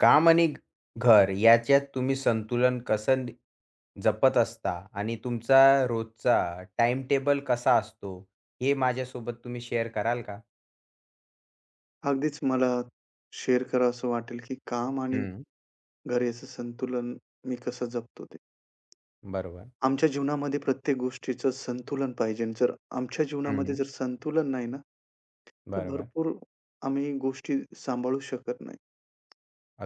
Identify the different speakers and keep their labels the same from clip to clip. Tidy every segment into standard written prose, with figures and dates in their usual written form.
Speaker 1: काम आणि घर याच्यात तुम्ही संतुलन जपत असता आणि तुमचा रोजचा टाइम टेबल कसा असतो हे माझ्यासोबत तुम्ही शेअर कराल का?
Speaker 2: अगदीच मला शेअर करावसं वाटेल, की काम आणि
Speaker 1: हं,
Speaker 2: घर याचं संतुलन मी कसं जपतो ते.
Speaker 1: बरोबर,
Speaker 2: आमच्या जीवनामध्ये प्रत्येक गोष्टीचं संतुलन पाहिजे. जर आमच्या जीवनामध्ये
Speaker 1: हं,
Speaker 2: जर संतुलन नाही ना, तर
Speaker 1: बरोबर.
Speaker 2: भरपूर आम्ही गोष्टी सांभाळू शकत नाही.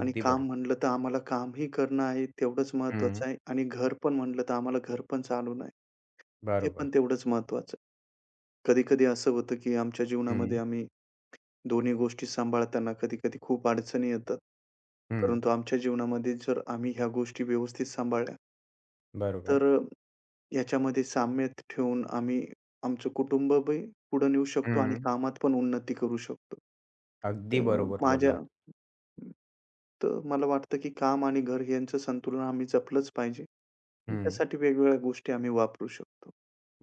Speaker 2: आणि
Speaker 1: अगदी
Speaker 2: काम
Speaker 1: बरोबर.
Speaker 2: म्हटलं तर आम्हाला कामही करणं आहे तेवढंच
Speaker 1: हं,
Speaker 2: महत्त्वाचं आहे आणि घर पण म्हटलं तर आम्हाला घर पण चालवणं आहे, ते
Speaker 1: बरोबर.
Speaker 2: पण तेवढंच महत्त्वाचं आहे. कधी-कधी असं होतं, की आमच्या जीवनामध्ये
Speaker 1: हं,
Speaker 2: आम्ही दोन्ही गोष्टी सांभाळताना कधी-कधी खूप अडचणी येतात.
Speaker 1: हं,
Speaker 2: परंतु आमच्या जीवनामध्ये जर आम्ही ह्या गोष्टी व्यवस्थित सांभाळल्या, तर
Speaker 1: बरोबर.
Speaker 2: याच्यामध्ये साम्य ठेवून आम्ही आमचं कुटुंबही पुढे नेऊ शकतो आणि
Speaker 1: हं.
Speaker 2: कामात पण उन्नती करू शकतो.
Speaker 1: अगदी
Speaker 2: तर
Speaker 1: बरोबर
Speaker 2: माझ्या
Speaker 1: बोललात.
Speaker 2: तर मला वाटतं, की काम आणि घर यांचं संतुलन आम्ही जपलंच पाहिजे आणि
Speaker 1: हं.
Speaker 2: त्यासाठी वेगवेगळ्या गोष्टी आम्ही वापरू शकतो.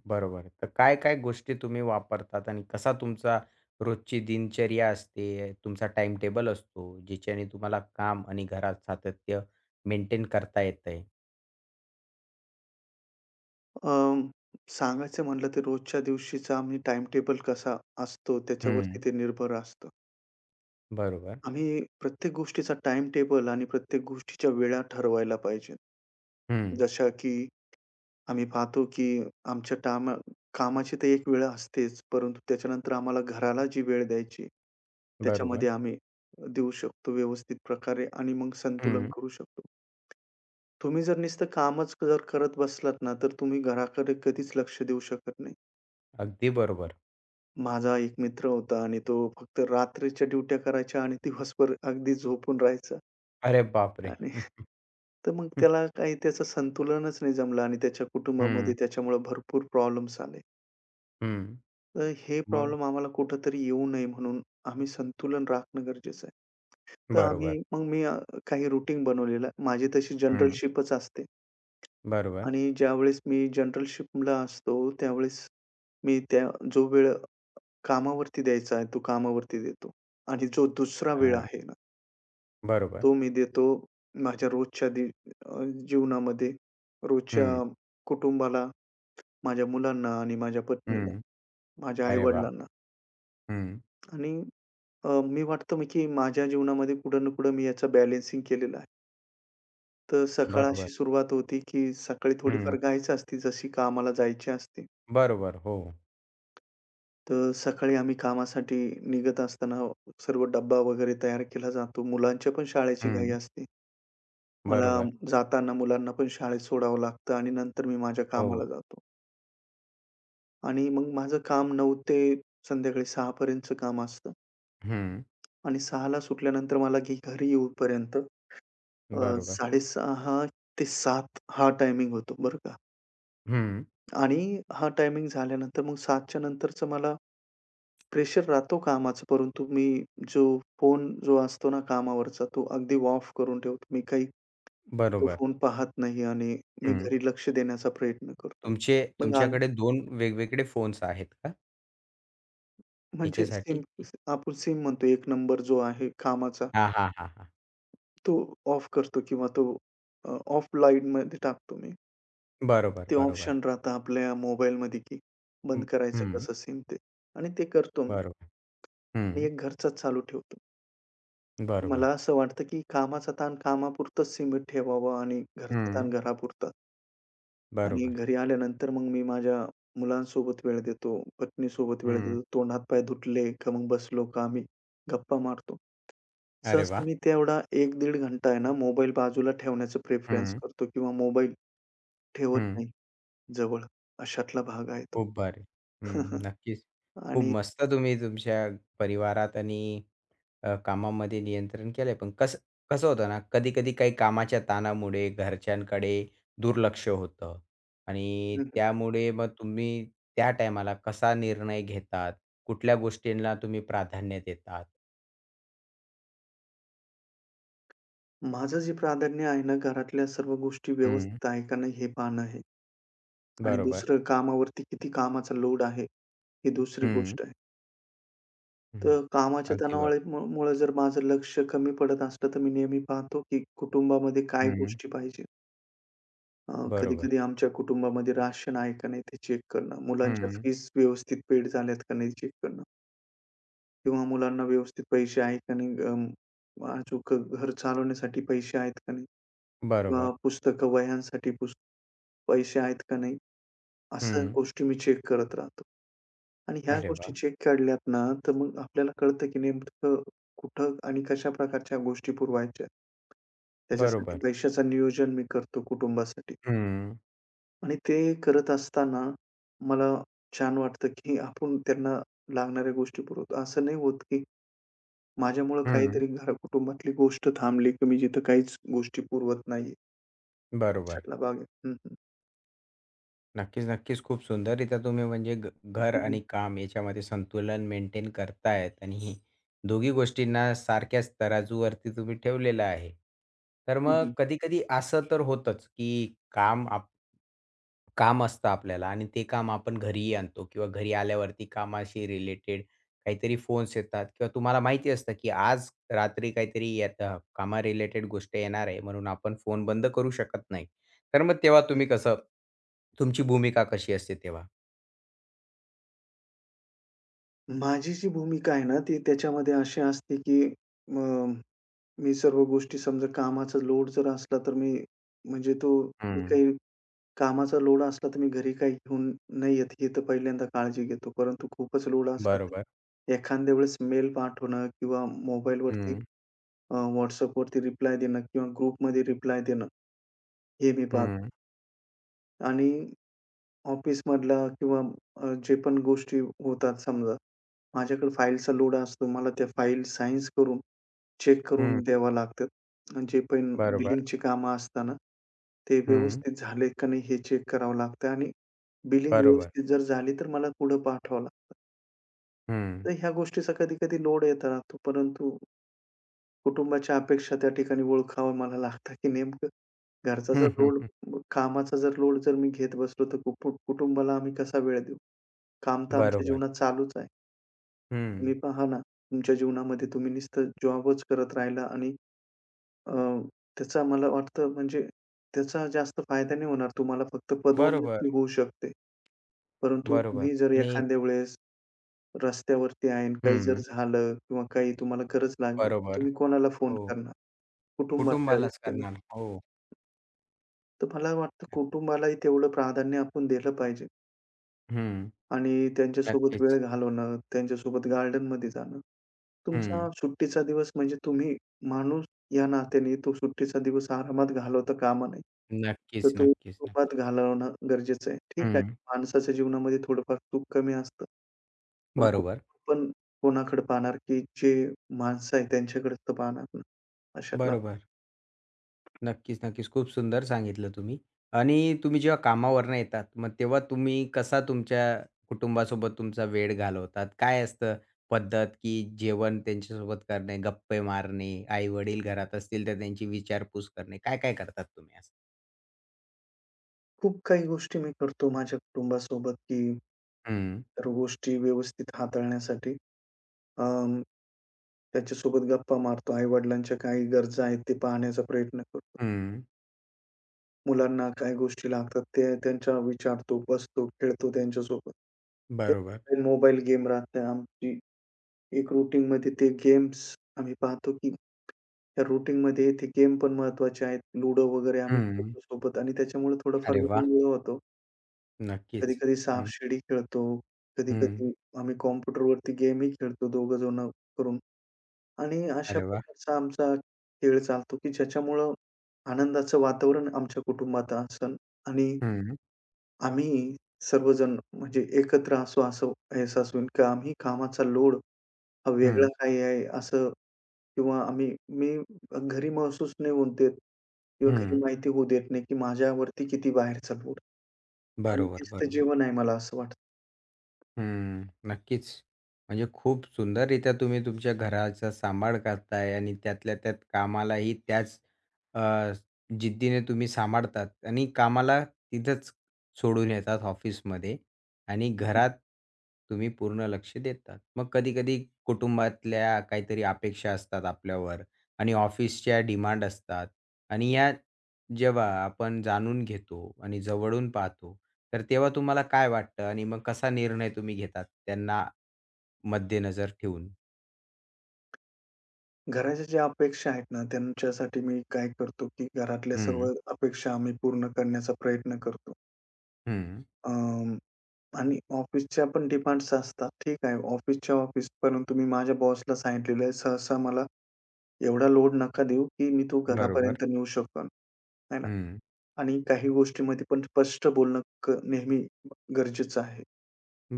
Speaker 1: बरोबर. तर काय-काय गोष्टी तुम्ही वापरतात आणि कसा तुमचा रोजची दिनचर्या असते, तुमचा टाईमटेबल असतो, ज्याच्याने तुम्हाला काम आणि घरात सातत्य मेंटेन करता येतंय?
Speaker 2: अ, सांगायचं म्हणलं तर रोजच्या दिवशीचा आम्ही टाईमटेबल कसा असतो त्याच्यावरती
Speaker 1: हं.
Speaker 2: ते निर्भर असतं.
Speaker 1: बरोबर.
Speaker 2: आम्ही प्रत्येक गोष्टीचा टाईम टेबल आणि प्रत्येक गोष्टीच्या वेळा ठरवायला पाहिजेत.
Speaker 1: हं.
Speaker 2: जशा की आम्ही पाहतो की आमच्या कामाची तर एक वेळ असतेच, परंतु त्याच्यानंतर आम्हाला घराला जी वेळ द्यायची,
Speaker 1: बरोबर.
Speaker 2: त्याच्यामध्ये आम्ही देऊ शकतो व्यवस्थित प्रकारे आणि मग संतुलन
Speaker 1: हं.
Speaker 2: करू शकतो. तुम्ही जर नुसतं कामच जर करत बसलात ना, तर तुम्ही घराकडे कधीच लक्ष देऊ शकत नाही.
Speaker 1: अगदी बरोबर.
Speaker 2: माझा एक मित्र होता आणि तो फक्त रात्रीच्या ड्युट्या करायचा आणि दिवसभर अगदी झोपून राहायचा
Speaker 1: अरे बापरे!
Speaker 2: आणि तर मग त्याला काही त्याचं संतुलनच नाही जमलं आणि त्याच्या कुटुंबामध्ये
Speaker 1: हं.
Speaker 2: त्याच्यामुळे भरपूर प्रॉब्लेम्स आले.
Speaker 1: हं.
Speaker 2: तर हे
Speaker 1: मग?
Speaker 2: प्रॉब्लेम आम्हाला कुठेतरी येऊ नये म्हणून आम्ही संतुलन राखणं गरजेचं आहे. तर
Speaker 1: बरोबर.
Speaker 2: आम्ही मग मी काही रुटीन बनवलेलं आहे. माझी तशी
Speaker 1: हं.
Speaker 2: जनरलशिपच असते
Speaker 1: बरोबर.
Speaker 2: आणि ज्यावेळेस मी जनरलशिपला असतो, त्यावेळेस मी त्या जो वेळ कामावरती द्यायचा आहे, तो कामावरती देतो आणि जो दुसरा वेळ
Speaker 1: हां.
Speaker 2: आहे ना,
Speaker 1: बरोबर.
Speaker 2: तो मी देतो माझ्या रोजच्या जीवनामध्ये, रोजच्या
Speaker 1: हं.
Speaker 2: कुटुंबाला माझ्या मुलांना आणि माझ्या पत्नीला,
Speaker 1: हं.
Speaker 2: माझ्या
Speaker 1: अरे वाह!
Speaker 2: आई-वडिलांना
Speaker 1: हं.
Speaker 2: आणि मी वाटतं की माझ्या जीवनामध्ये कुठं ना कुठं मी याचं बॅलन्सिंग केलेलं आहे. तर सकाळ अशी
Speaker 1: बरोबर.
Speaker 2: सुरुवात होती की सकाळी थोडीफार
Speaker 1: हं.
Speaker 2: घाईच असते जशी कामाला जायची असते.
Speaker 1: बरोबर. हो.
Speaker 2: तर सकाळी आम्ही कामासाठी निघत असताना सर्व डब्बा वगैरे तयार केला जातो. मुलांच्या पण शाळेची घाई
Speaker 1: हं.
Speaker 2: असते. मला
Speaker 1: बरोबर.
Speaker 2: जाताना मुलांना पण शाळेत सोडावं लागतं आणि नंतर मी माझ्या कामाला
Speaker 1: हो.
Speaker 2: जातो आणि मग माझं काम 9 ते संध्याकाळी 6 पर्यंतचं काम असतं.
Speaker 1: हं.
Speaker 2: आणि 6:00ला सुटल्यानंतर मला घरी येऊपर्यंत अ,
Speaker 1: बरोबर.
Speaker 2: 6:30 ते 7:00 हा टायमिंग होतो बरं का.
Speaker 1: हं.
Speaker 2: आणि हा टायमिंग झाल्यानंतर मग 7:00च्या नंतरचं मला प्रेशर राहतो कामाचं, परंतु मी जो फोन जो असतो ना कामावरचा, तो अगदी ऑफ करून ठेवतो. मी काही तो
Speaker 1: बरोबर.
Speaker 2: फोन पाहत नाही आणि मी
Speaker 1: हं.
Speaker 2: घरी लक्ष देण्याचा प्रयत्न करतो.
Speaker 1: तुमचे
Speaker 2: मग आल
Speaker 1: तुमच्याकडे 2 वेगवेगळे फोन्स आहेत का
Speaker 2: म्हणजे
Speaker 1: याच्यासाठी?
Speaker 2: सिम आपण सिम म्हणतो, एक नंबर जो आहे कामाचा,
Speaker 1: हां, हां, हां, हां.
Speaker 2: तो ऑफ करतो किंवा तो ऑफ लाईटमध्ये टाकतो मी.
Speaker 1: बरोबर,
Speaker 2: ते
Speaker 1: बरोबर.
Speaker 2: ऑप्शन राहतं आपल्या मोबाईलमध्ये, की बंद
Speaker 1: हं,
Speaker 2: करायचं
Speaker 1: हं.
Speaker 2: कसं सिम ते आणि ते करतो मी
Speaker 1: बरोबर.
Speaker 2: आणि
Speaker 1: हं.
Speaker 2: एक घरचाच चालू ठेवतो. मला
Speaker 1: बरोबर.
Speaker 2: असं वाटतं, की कामाचा ताण कामापुरतंच सीमित ठेवावा आणि घरचा ताण
Speaker 1: हं.
Speaker 2: घरापुरता आणि
Speaker 1: बरोबर.
Speaker 2: घरी आल्यानंतर मग मी माझ्या मुलांसोबत वेळ देतो, पत्नीसोबत वेळ
Speaker 1: हं.
Speaker 2: देतो. तोंड पाय धुतले का मग बसलो का आम्ही गप्पा मारतो.
Speaker 1: अरे
Speaker 2: सहसा
Speaker 1: वाह!
Speaker 2: मी तेवढा 1-1.5 घंटा आहे ना मोबाईल बाजूला ठेवण्याचं प्रेफरन्स
Speaker 1: हं,
Speaker 2: करतो किंवा मोबाईल ठेवत
Speaker 1: हं.
Speaker 2: नाही जवळ. अशातला भाग आहे तो.
Speaker 1: खूप भारी. हं, नक्कीच. खूप
Speaker 2: आणि
Speaker 1: मस्त तुम्ही तुमच्या परिवारात आणि कामामध्ये नियंत्रण केलंय. पण कसं कसं होतं ना, कधी-कधी काही कामाच्या ताणामुळे घरच्यांकडे दुर्लक्ष होतं आणि
Speaker 2: हं, हं.
Speaker 1: त्यामुळे मग त्या टायमाला कसा निर्णय घेतात? कुठल्या गोष्टींना तुम्ही प्राधान्य देतात?
Speaker 2: माझं जे प्राधान्य आहे ना, घरातल्या सर्व गोष्टी
Speaker 1: हं.
Speaker 2: व्यवस्थित आहे का नाही हे पाहणं आहे आणि
Speaker 1: बरोबर.
Speaker 2: दुसरं कामावरती किती कामाचा लोड आहे, ही दुसरी
Speaker 1: हं.
Speaker 2: गोष्ट आहे.
Speaker 1: हं.
Speaker 2: तर कामाच्या
Speaker 1: अगदी बरोबर.
Speaker 2: तणावाळीमुळं जर माझं लक्ष कमी पडत असलं, तर मी नेहमी पाहतो की कुटुंबामध्ये काय
Speaker 1: हं.
Speaker 2: गोष्टी पाहिजे. अ,
Speaker 1: बरोबर.
Speaker 2: कधी-कधी आमच्या कुटुंबामध्ये राशन आहे का नाही ते चेक करणं, मुलांच्या
Speaker 1: हं.
Speaker 2: फीज व्यवस्थित पेड झाल्यात का नाही चेक करणं किंवा मुलांना व्यवस्थित पैसे आहे का नाही, अचूक घर चालवण्यासाठी पैसे आहेत का नाही किंवा
Speaker 1: बरोबर.
Speaker 2: पुस्तकं, वह्यांसाठी पुस्तकं पैसे आहेत का नाही? असं
Speaker 1: हं.
Speaker 2: गोष्टी मी चेक करत राहतो. आणि ह्या
Speaker 1: अरे
Speaker 2: गोष्टी
Speaker 1: वाह!
Speaker 2: चेक काढल्यात ना, तर मग आपल्याला कळतं की नेमकं कुठं आणि कशा प्रकारच्या गोष्टी पुरवायच्या. त्याच्यासाठी
Speaker 1: बरोबर.
Speaker 2: पैशाचं नियोजन मी करतो कुटुंबासाठी
Speaker 1: हं.
Speaker 2: आणि ते करत असताना मला छान वाटतं की आपण त्यांना लागणाऱ्या गोष्टी पुरवतो. असं नाही होत की माझ्यामुळं
Speaker 1: हं.
Speaker 2: काहीतरी कुटुंबातली गोष्ट थांबली की मी जिथं काहीच गोष्टी पुरवत नाहीये.
Speaker 1: बरोबर.
Speaker 2: अशातला भाग आहे. हं, हं.
Speaker 1: नक्कीच, नक्कीच. खूप सुंदररीत्या तुम्ही म्हणजे घ घर
Speaker 2: हं, हं.
Speaker 1: आणि काम याच्यामध्ये संतुलन मेंटेन करतायत आणि ही दोघी गोष्टींना सारख्याच तराजूवरती तुम्ही ठेवलेलं आहे. तर मग
Speaker 2: हं,
Speaker 1: कधी-कधी असं तर होतंच, की काम असतं आपल्याला आणि ते काम आपण घरीही आणतो किंवा घरी आल्यावरती कामाशी रिलेटेड काहीतरी फोन्स येतात किंवा तुम्हाला माहिती असतं, की आज रात्री काहीतरी येतं कामा रिलेटेड गोष्ट येणार आहे म्हणून आपण फोन बंद करू शकत नाही. तर मग तेव्हा
Speaker 2: हं.
Speaker 1: तुम्ही कसं तुमची भूमिका कशी असते तेव्हा?
Speaker 2: माझी जी भूमिका आहे ना, ती त्याच्यामध्ये अशी असते, की अ, मी सर्व गोष्टी समजा कामाचा लोड जर असला, तर मी म्हणजे तो मी
Speaker 1: हं.
Speaker 2: काही कामाचा लोड असला, तर मी घरी काही घेऊन नाही येत, हे तर पहिल्यांदा काळजी घेतो. परंतु खूपच लोड असला,
Speaker 1: बरोबर.
Speaker 2: तर एखाद्या वेळेस मेल पाठवणं किंवा मोबाईलवरती
Speaker 1: हं,
Speaker 2: अ, रिप्लाय देणं किंवा ग्रुपमध्ये रिप्लाय देणं, हे मी पाहतो
Speaker 1: हं,
Speaker 2: आणि ऑफिसमधला किंवा जे पण गोष्टी होतात समजा, माझ्याकडे फाईलचा लोड असतो. मला त्या फाईल साइन्स करून, चेक
Speaker 1: हं,
Speaker 2: करून द्याव्या लागतात. आणि जे पण
Speaker 1: बरोबर.
Speaker 2: बिलिंगची कामं असताना, ते
Speaker 1: हं.
Speaker 2: व्यवस्थित झाले का नाही हे चेक करावं लागतं आणि बिलिंग
Speaker 1: बरोबर.
Speaker 2: व्यवस्थित जर झाली तर मला पुढे पाठवावं लागतं.
Speaker 1: हं.
Speaker 2: तर ह्या गोष्टीचा कधी-कधी लोड येत राहतो. परंतु कुटुंबाच्या अपेक्षा त्या ठिकाणी ओळखावं मला लागतं, की नेमकं घरचा
Speaker 1: हं,
Speaker 2: जर
Speaker 1: हं,
Speaker 2: लोड,
Speaker 1: हं.
Speaker 2: कामाचा जर लोड जर मी घेत बसलो तर कुटुंबाला आम्ही कसा वेळ देऊ? काम तर आमच्या
Speaker 1: बरोबर.
Speaker 2: जीवनात चालूच आहे.
Speaker 1: हं.
Speaker 2: तुम्ही पहा ना, तुमच्या जीवनामध्ये तुम्ही नुसतं जॉबच करत राहिला आणि अ, त्याचा मला वाटतं म्हणजे त्याचा जास्त फायदा नाही होणार. तुम्हाला फक्त
Speaker 1: बरोबर,
Speaker 2: पदोन्नती होऊ शकते. परंतु
Speaker 1: बरोबर.
Speaker 2: तुम्ही जर
Speaker 1: आणि
Speaker 2: एखाद्या वेळेस रस्त्यावरती आहे आणि काही जर
Speaker 1: हं.
Speaker 2: झालं किंवा काही तुम्हाला गरज लागली, तर
Speaker 1: बरोबर.
Speaker 2: तुम्ही कोणाला फोन
Speaker 1: हो.
Speaker 2: करणार? कुटुंबातल्या
Speaker 1: कुटुंबालाच
Speaker 2: व्यक्तींना.
Speaker 1: करणार. हो.
Speaker 2: तर मला वाटतं कुटुंबालाही तेवढं प्राधान्य आपण दिलं पाहिजे.
Speaker 1: हं.
Speaker 2: आणि त्यांच्यासोबत वेळ
Speaker 1: नक्कीच.
Speaker 2: घालवणं, त्यांच्यासोबत गार्डनमध्ये जाणं.
Speaker 1: हं.
Speaker 2: तुमचा सुट्टीचा दिवस म्हणजे तुम्ही माणूस या नात्याने तो सुट्टीचा दिवस आरामात घालवता कामा नये. तर
Speaker 1: नक्कीच,
Speaker 2: तो
Speaker 1: नक्कीच, नक्की.
Speaker 2: कुटुंबात घालवणं गरजेचं आहे. ठीक आहे,
Speaker 1: हं.
Speaker 2: माणसाच्या जीवनामध्ये थोडंफार सुख कमी असतं. पण
Speaker 1: बरोबर,
Speaker 2: कुटुंब पण कोणाकडे पाहणार, की जे माणसं आहे त्यांच्याकडेच तर पाहणार ना. अशातला
Speaker 1: बरोबर. नक्कीच, नक्कीच. खूप सुंदर सांगितलं तुम्ही. आणि तुम्ही जेव्हा कामावरनं येतात, मग तेव्हा तुम्ही कसा तुमच्या कुटुंबासोबत तुमचा वेळ घालवतात? काय असतं पद्धत, की जेवण त्यांच्यासोबत करणे, गप्पे मारणे, आई-वडील घरात असतील तर त्यांची विचारपूस करणे, काय-काय करतात तुम्ही असं?
Speaker 2: खूप काही गोष्टी मी करतो माझ्या कुटुंबासोबत, की
Speaker 1: हं,
Speaker 2: सर्व गोष्टी व्यवस्थित हाताळण्यासाठी. त्यांच्यासोबत गप्पा मारतो. आई-वडिलांच्या काही गरजा आहेत ते पाहण्याचा प्रयत्न करतो.
Speaker 1: हं.
Speaker 2: मुलांना काय गोष्टी लागतात ते त्यांच्या विचारतो, बसतो, खेळतो त्यांच्यासोबत.
Speaker 1: बरोबर.
Speaker 2: हे मोबाईल गेम राहते आमची एक रूटीनमध्ये ते गेम्स आम्ही पाहतो, की त्या रूटीनमध्ये ते गेम पण महत्त्वाचे आहेत. लुडो वगैरे आम्ही
Speaker 1: हं.
Speaker 2: खेळतो सोबत आणि त्याच्यामुळे थोडाफार
Speaker 1: अरे वाह!
Speaker 2: वेळ वेळ होतो.
Speaker 1: नक्कीच.
Speaker 2: कधी-कधी
Speaker 1: हं,
Speaker 2: सापशिडी खेळतो,
Speaker 1: हं.
Speaker 2: कधी-कधी आम्ही कॉम्प्युटरवरती गेमही खेळतो दोघं जण करून. आणि अशा
Speaker 1: अरे वाह!
Speaker 2: प्रकारचा आमचा खेळ चालतो, की ज्याच्यामुळं आनंदाचं वातावरण आमच्या कुटुंबात असेल आणि
Speaker 1: हं,
Speaker 2: आम्ही सर्वजण म्हणजे एकत्र असू, असं अहसासून की आम्ही कामाचा लोड हा वेगळा
Speaker 1: हं,
Speaker 2: काही आहे असं किंवा आम्ही मी घरी महसूस नाही होऊ देत किंवा घरी
Speaker 1: हं.
Speaker 2: माहिती होऊ देत नाही, की माझ्यावरती किती बाहेरचा लोड आणि
Speaker 1: बरोबर,
Speaker 2: शिस्त
Speaker 1: बरोबर.
Speaker 2: जीवन आहे मला असं वाटतं.
Speaker 1: हं, नक्कीच. म्हणजे खूप सुंदररीत्या तुम्ही तुमच्या घराचा सांभाळ करताय आणि त्यातल्या त्यात कामालाही त्याच अ, जिद्दीने तुम्ही सांभाळतात आणि कामाला तिथंच सोडून येतात ऑफिसमध्ये आणि
Speaker 2: हं,
Speaker 1: घरात तुम्ही पूर्ण लक्ष देतात. मग कधी-कधी कुटुंबातल्या काहीतरी अपेक्षा असतात आपल्यावर आणि ऑफिसच्या डिमांड असतात आणि या जेव्हा आपण जाणून घेतो आणि जवळून पाहतो, तर तेव्हा तुम्हाला काय वाटतं आणि मग कसा निर्णय तुम्ही घेतात त्यांना मध्यनजर ठेवून?
Speaker 2: घराच्या ज्या अपेक्षा आहेत ना, त्यांच्यासाठी मी काय करतो, की घरातल्या सर्व
Speaker 1: हं,
Speaker 2: अपेक्षा आम्ही पूर्ण करण्याचा प्रयत्न करतो.
Speaker 1: हं.
Speaker 2: अं, आणि ऑफिसच्या पण डिमांड्स असतात. ठीक आहे, ऑफिसच्या ऑफिस, परंतु मी माझ्या बॉसला सांगितलेलं आहे, "सहसा मला एवढा लोड नका देऊ, की मी तो
Speaker 1: बरोबर.
Speaker 2: घरापर्यंत नेऊ शकतो." आहे ना?
Speaker 1: हं.
Speaker 2: आणि काही गोष्टीमध्ये पण स्पष्ट बोलणं क नेहमी गरजेचं आहे.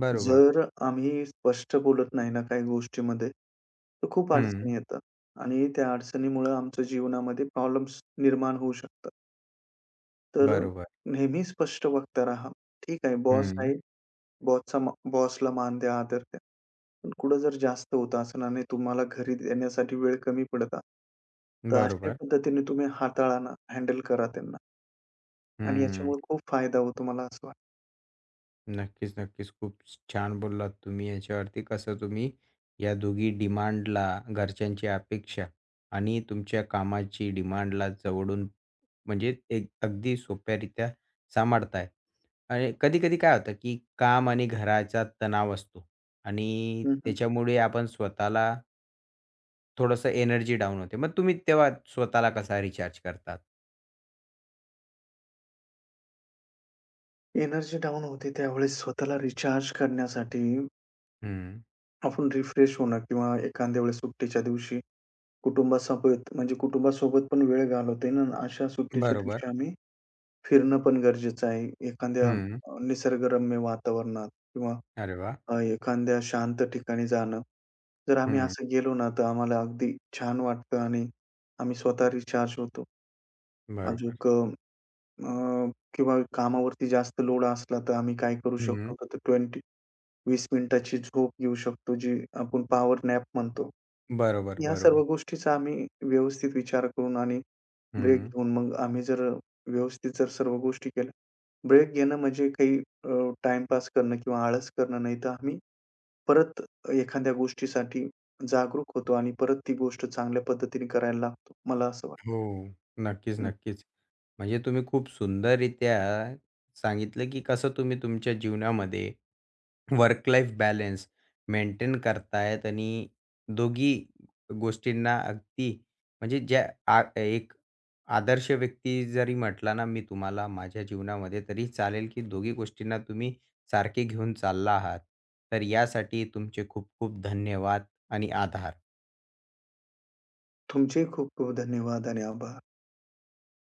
Speaker 1: बरोबर.
Speaker 2: जर आम्ही स्पष्ट बोलत नाही ना काही गोष्टीमध्ये, तर खूप अडचणी
Speaker 1: हं.
Speaker 2: येतात आणि त्या अडचणीमुळं आमच्या जीवनामध्ये प्रॉब्लेम्स निर्माण होऊ शकतात. तर
Speaker 1: बरोबर.
Speaker 2: नेहमी स्पष्ट वक्ता राहा. ठीक आहे, बॉस
Speaker 1: हं.
Speaker 2: आहे बॉसचा बॉसला मान द्या, आदर द्या. पण कुठं जर जास्त होत असेल आणि तुम्हाला घरी देण्यासाठी वेळ कमी पडत आहे, तर अशा
Speaker 1: बरोबर.
Speaker 2: पद्धतीने तुम्ही हाताळा ना, हँडल करा त्यांना आणि
Speaker 1: हं.
Speaker 2: याच्यामुळे खूप फायदा होतो मला असं वाटतं.
Speaker 1: नक्कीच, नक्कीच. खूप छान बोललात तुम्ही याच्यावरती कसं तुम्ही या दोघी डिमांडला घरच्यांची अपेक्षा आणि तुमच्या कामाची डिमांडला जवळून म्हणजे एक अगदी सोप्यारीत्या सांभाळताय. आणि कधी-कधी काय होतं, की काम आणि घराचा तणाव असतो आणि
Speaker 2: हं, हं.
Speaker 1: त्याच्यामुळे आपण स्वतःला थोडंसं एनर्जी डाउन होते. मग तुम्ही तेव्हा स्वतःला कसा रिचार्ज करतात?
Speaker 2: एनर्जी डाउन होते त्यावेळेस स्वतःला रिचार्ज करण्यासाठी
Speaker 1: हं.
Speaker 2: आपण रिफ्रेश होणं किंवा एखाद्या वेळेस सुट्टीच्या दिवशी कुटुंबासोबत म्हणजे कुटुंबासोबत पण वेळ घालवता येईल अशा सुट्टीच्या
Speaker 1: बरोबर.
Speaker 2: दिवशी आम्ही फिरणं पण गरजेचं आहे. एखाद्या
Speaker 1: हं.
Speaker 2: निसर्गरम्य वातावरणात किंवा
Speaker 1: अरे वाह!
Speaker 2: एखाद्या शांत ठिकाणी जाणं. जर आम्ही
Speaker 1: हं.
Speaker 2: असं गेलो ना, तर आम्हाला अगदी छान वाटतं आणि आम्ही स्वतः रिचार्ज होतो.
Speaker 1: बरोबर.
Speaker 2: अजूक किंवा कामावरती जास्त लोड असला, तर आम्ही काय करू
Speaker 1: हं.
Speaker 2: शकतो, का, तर 20-20 मिनिटाची झोप घेऊ शकतो, जी आपण पॉवर नॅप म्हणतो.
Speaker 1: बरोबर,
Speaker 2: या सर्व
Speaker 1: बरोबर.
Speaker 2: गोष्टीचा आम्ही व्यवस्थित विचार करून आणि ब्रेक
Speaker 1: हं.
Speaker 2: घेऊन मग आम्ही जर व्यवस्थित जर सर्व गोष्टी केल्या. ब्रेक घेणं म्हणजे काही अ, करणं किंवा आळस करणं नाही, तर आम्ही परत एखाद्या गोष्टीसाठी जागरूक होतो आणि परत ती गोष्ट चांगल्या पद्धतीने करायला लागतो. मला असं
Speaker 1: हो. नक्कीच,
Speaker 2: वाटतं.
Speaker 1: नक्कीच. म्हणजे तुम्ही खूप सुंदररीत्या सांगितलं, की कसं तुम्ही तुमच्या जीवनामध्ये वर्क लाईफ बॅलन्स मेंटेन करतायत आणि दोघी गोष्टींना अगदी म्हणजे ज्या आ एक आदर्श व्यक्ती जरी म्हटला ना मी तुम्हाला माझ्या जीवनामध्ये तरी चालेल, की दोघी गोष्टींना तुम्ही सारखे घेऊन चालला आहात. तर यासाठी तुमचे खूप खूप धन्यवाद आणि आभार.
Speaker 2: तुमचेही खूप-खूप धन्यवाद आणि आभार.